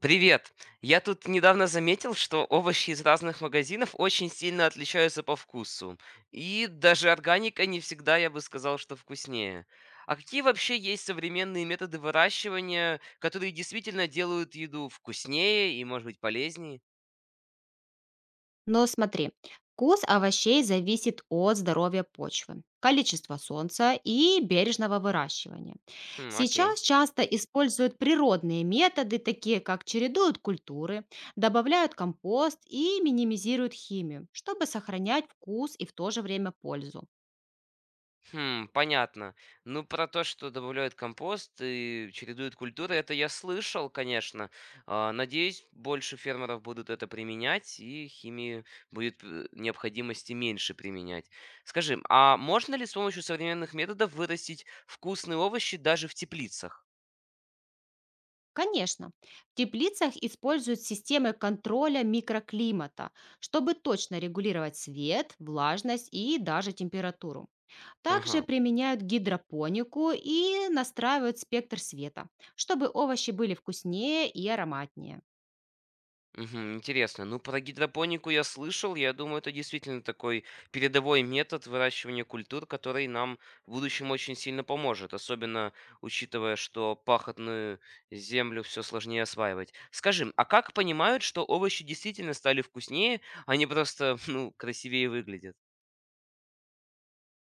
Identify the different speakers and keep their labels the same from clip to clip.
Speaker 1: Привет! Я тут недавно заметил, что овощи из разных магазинов очень сильно отличаются по вкусу. И даже органика не всегда, я бы сказал, что вкуснее. А какие вообще есть современные методы выращивания, которые действительно делают еду вкуснее и, может быть, полезнее?
Speaker 2: Но смотри, вкус овощей зависит от здоровья почвы, количества солнца и бережного выращивания.
Speaker 1: Хм, окей.
Speaker 2: Сейчас часто используют природные методы, такие как чередуют культуры, добавляют компост и минимизируют химию, чтобы сохранять вкус и в то же время пользу.
Speaker 1: Хм, понятно. Ну, про то, что добавляют компост и чередуют культуры, это я слышал, конечно. А, надеюсь, больше фермеров будут это применять, и химии будет необходимости меньше применять. Скажи, а можно ли с помощью современных методов вырастить вкусные овощи даже в теплицах?
Speaker 2: Конечно, в теплицах используют системы контроля микроклимата, чтобы точно регулировать свет, влажность и даже температуру. Также
Speaker 1: Ага.
Speaker 2: применяют гидропонику и настраивают спектр света, чтобы овощи были вкуснее и ароматнее.
Speaker 1: Мгм, интересно. Ну, про гидропонику я слышал. Я думаю, это действительно такой передовой метод выращивания культур, который нам в будущем очень сильно поможет, особенно учитывая, что пахотную землю все сложнее осваивать. Скажи, а как понимают, что овощи действительно стали вкуснее, а не просто, ну, красивее выглядят?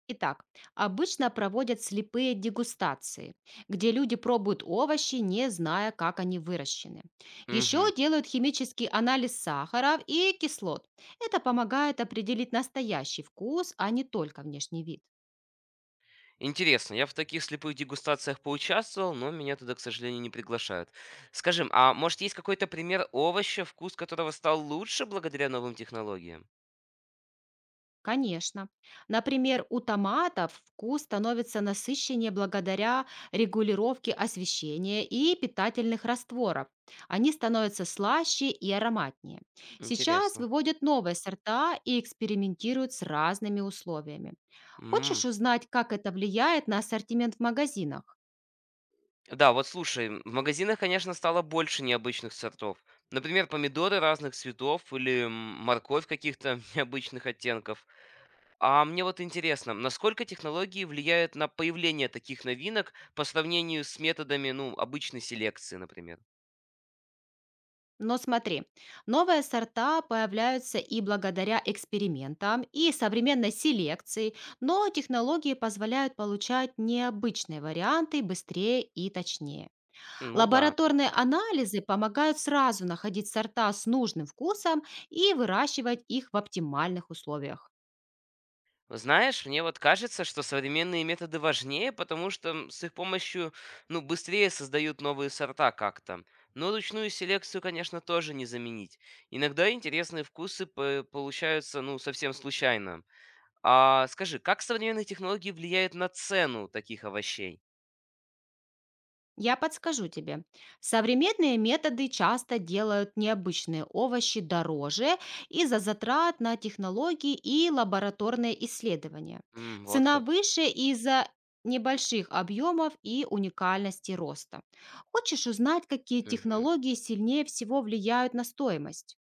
Speaker 2: Итак, обычно проводят слепые дегустации, где люди пробуют овощи, не зная, как они выращены. Еще
Speaker 1: Мгм.
Speaker 2: делают химический анализ сахаров и кислот. Это помогает определить настоящий вкус, а не только внешний вид.
Speaker 1: Интересно, я в таких слепых дегустациях поучаствовал, но меня туда, к сожалению, не приглашают. Скажем, а может есть какой-то пример овоща, вкус которого стал лучше благодаря новым технологиям?
Speaker 2: Конечно. Например, у томатов вкус становится насыщеннее благодаря регулировке освещения и питательных растворов. Они становятся слаще и ароматнее. Сейчас
Speaker 1: Интересно.
Speaker 2: выводят новые сорта и экспериментируют с разными условиями.
Speaker 1: М.
Speaker 2: Хочешь узнать, как это влияет на ассортимент в магазинах?
Speaker 1: Да, вот слушай, в магазинах, конечно, стало больше необычных сортов. Например, помидоры разных цветов или морковь каких-то необычных оттенков. А мне вот интересно, насколько технологии влияют на появление таких новинок по сравнению с методами, ну, обычной селекции, например?
Speaker 2: Но смотри, новые сорта появляются и благодаря экспериментам, и современной селекции, но технологии позволяют получать необычные варианты быстрее и точнее.
Speaker 1: Ну да.
Speaker 2: Лабораторные анализы помогают сразу находить сорта с нужным вкусом и выращивать их в оптимальных условиях.
Speaker 1: Знаешь, мне вот кажется, что современные методы важнее, потому что с их помощью, ну, быстрее создают новые сорта как-то. Но ручную селекцию, конечно, тоже не заменить. Иногда интересные вкусы получаются, ну, совсем случайно. А скажи, как современные технологии влияют на цену таких овощей?
Speaker 2: Я подскажу тебе. Современные методы часто делают необычные овощи дороже из-за затрат на технологии и лабораторные исследования.
Speaker 1: М, вот
Speaker 2: Цена
Speaker 1: как.
Speaker 2: выше из-за небольших объемов и уникальности роста. Хочешь узнать, какие
Speaker 1: Мгм.
Speaker 2: технологии сильнее всего влияют на стоимость?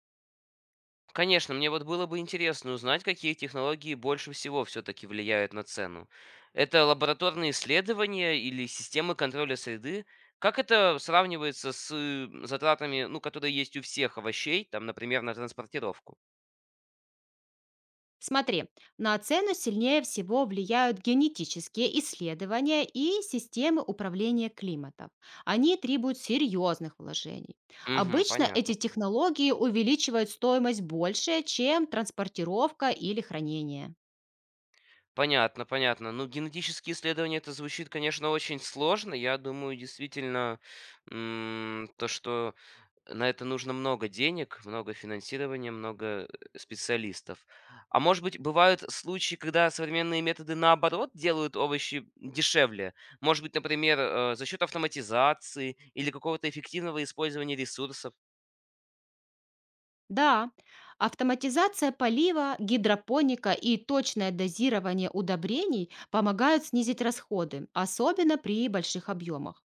Speaker 1: Конечно, мне вот было бы интересно узнать, какие технологии больше всего все-таки влияют на цену. Это лабораторные исследования или системы контроля среды? Как это сравнивается с затратами, ну, которые есть у всех овощей, там, например, на транспортировку?
Speaker 2: Смотри, на цену сильнее всего влияют генетические исследования и системы управления климатом. Они требуют серьезных вложений.
Speaker 1: Угу,
Speaker 2: Обычно
Speaker 1: понятно.
Speaker 2: эти технологии увеличивают стоимость больше, чем транспортировка или хранение.
Speaker 1: Понятно, понятно. Ну, генетические исследования, это звучит, конечно, очень сложно. Я думаю, действительно, то, что на это нужно много денег, много финансирования, много специалистов. А может быть, бывают случаи, когда современные методы наоборот делают овощи дешевле? Может быть, например, за счет автоматизации или какого-то эффективного использования ресурсов?
Speaker 2: Да, автоматизация полива, гидропоника и точное дозирование удобрений помогают снизить расходы, особенно при больших объемах.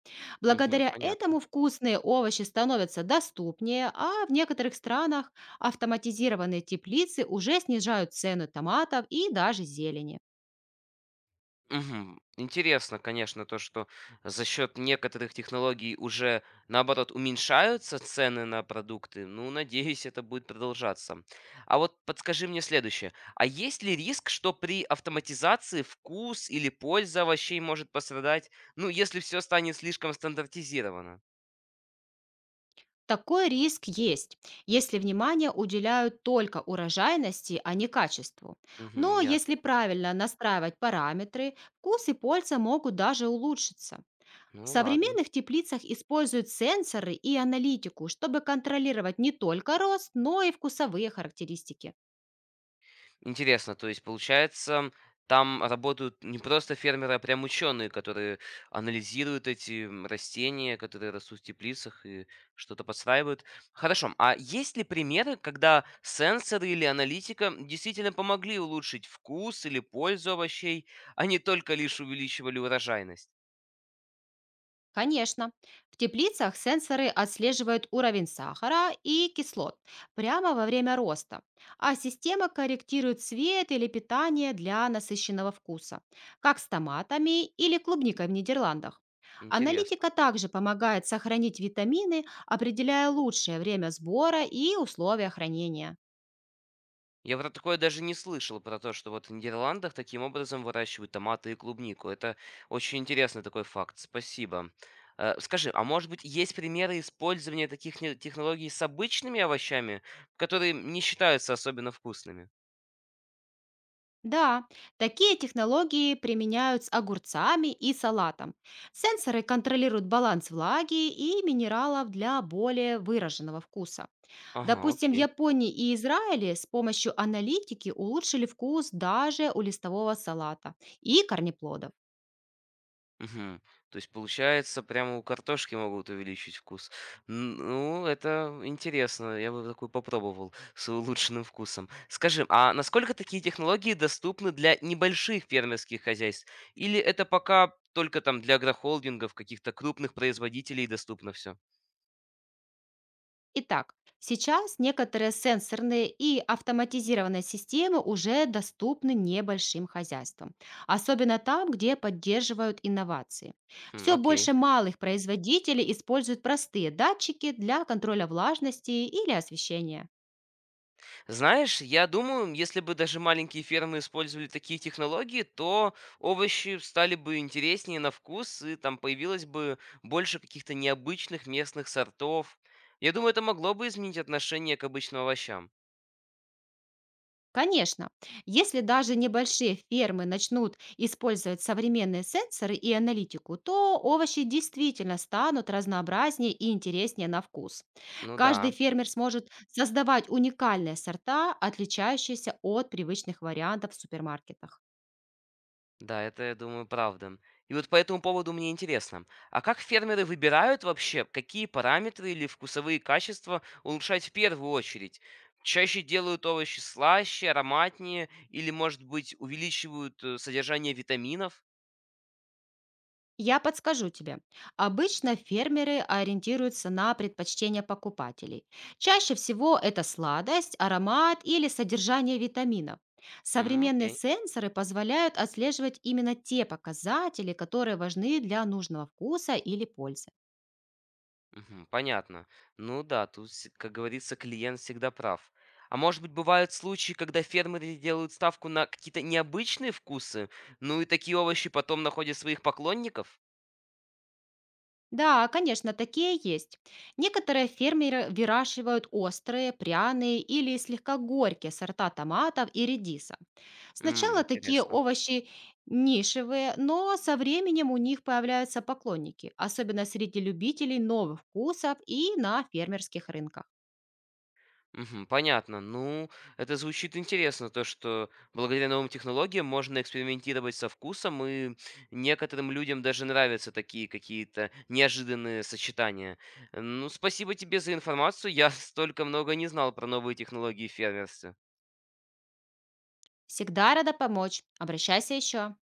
Speaker 1: Мгм,
Speaker 2: Благодаря
Speaker 1: понятно.
Speaker 2: этому вкусные овощи становятся доступнее, а в некоторых странах автоматизированные теплицы уже снижают цену томатов и даже зелени.
Speaker 1: Мгм. Интересно, конечно, то, что за счет некоторых технологий уже, наоборот, уменьшаются цены на продукты. Ну, надеюсь, это будет продолжаться. А вот подскажи мне следующее. А есть ли риск, что при автоматизации вкус или польза овощей может пострадать, ну, если все станет слишком стандартизировано?
Speaker 2: Такой риск есть, если внимание уделяют только урожайности, а не качеству.
Speaker 1: Угу,
Speaker 2: Но если
Speaker 1: ясно.
Speaker 2: правильно настраивать параметры, вкус и польза могут даже улучшиться. В
Speaker 1: Ну, ладно.
Speaker 2: современных теплицах используют сенсоры и аналитику, чтобы контролировать не только рост, но и вкусовые характеристики.
Speaker 1: Интересно, то есть, получается, там работают не просто фермеры, а прям ученые, которые анализируют эти растения, которые растут в теплицах и что-то подстраивают. Хорошо, а есть ли примеры, когда сенсоры или аналитика действительно помогли улучшить вкус или пользу овощей, а не только лишь увеличивали урожайность?
Speaker 2: Конечно. В теплицах сенсоры отслеживают уровень сахара и кислот прямо во время роста, а система корректирует цвет или питание для насыщенного вкуса, как с томатами или клубникой в Нидерландах.
Speaker 1: Интересно.
Speaker 2: Аналитика также помогает сохранить витамины, определяя лучшее время сбора и условия хранения.
Speaker 1: Я про такое даже не слышал, про то, что вот в Нидерландах таким образом выращивают томаты и клубнику. Это очень интересный такой факт, спасибо. Скажи, а может быть есть примеры использования таких технологий с обычными овощами, которые не считаются особенно вкусными?
Speaker 2: Да, такие технологии применяют с огурцами и салатом. Сенсоры контролируют баланс влаги и минералов для более выраженного вкуса.
Speaker 1: Ага,
Speaker 2: Допустим, в
Speaker 1: окей.
Speaker 2: Японии и Израиле с помощью аналитики улучшили вкус даже у листового салата и корнеплодов.
Speaker 1: Мгм. То есть, получается, прямо у картошки могут увеличить вкус. Ну, это интересно. Я бы такой попробовал с улучшенным вкусом. Скажи, а насколько такие технологии доступны для небольших фермерских хозяйств? Или это пока только там для агрохолдингов, каких-то крупных производителей доступно все?
Speaker 2: Итак, сейчас некоторые сенсорные и автоматизированные системы уже доступны небольшим хозяйствам, особенно там, где поддерживают инновации. Все
Speaker 1: Окей.
Speaker 2: больше малых производителей используют простые датчики для контроля влажности или освещения.
Speaker 1: Знаешь, я думаю, если бы даже маленькие фермы использовали такие технологии, то овощи стали бы интереснее на вкус, и там появилось бы больше каких-то необычных местных сортов. Я думаю, это могло бы изменить отношение к обычным овощам.
Speaker 2: Конечно, если даже небольшие фермы начнут использовать современные сенсоры и аналитику, то овощи действительно станут разнообразнее и интереснее на вкус.
Speaker 1: Ну
Speaker 2: Каждый
Speaker 1: да.
Speaker 2: фермер сможет создавать уникальные сорта, отличающиеся от привычных вариантов в супермаркетах.
Speaker 1: Да, это, я думаю, правда. И вот по этому поводу мне интересно, а как фермеры выбирают вообще, какие параметры или вкусовые качества улучшать в первую очередь? Чаще делают овощи слаще, ароматнее или, может быть, увеличивают содержание витаминов?
Speaker 2: Я подскажу тебе. Обычно фермеры ориентируются на предпочтения покупателей. Чаще всего это сладость, аромат или содержание витаминов.
Speaker 1: М,
Speaker 2: Современные
Speaker 1: окей,
Speaker 2: сенсоры позволяют отслеживать именно те показатели, которые важны для нужного вкуса или пользы.
Speaker 1: Мгм, понятно. Ну да, тут, как говорится, клиент всегда прав. А может быть, бывают случаи, когда фермеры делают ставку на какие-то необычные вкусы, ну и такие овощи потом находят своих поклонников?
Speaker 2: Да, конечно, такие есть. Некоторые фермеры выращивают острые, пряные или слегка горькие сорта томатов и редиса.
Speaker 1: М,
Speaker 2: Сначала такие
Speaker 1: интересно.
Speaker 2: овощи нишевые, но со временем у них появляются поклонники, особенно среди любителей новых вкусов и на фермерских рынках.
Speaker 1: Мгм. Понятно. Ну, это звучит интересно, то, что благодаря новым технологиям можно экспериментировать со вкусом, и некоторым людям даже нравятся такие какие-то неожиданные сочетания. Ну, спасибо тебе за информацию. Я столько много не знал про новые технологии в фермерстве.
Speaker 2: Всегда рада помочь. Обращайся еще.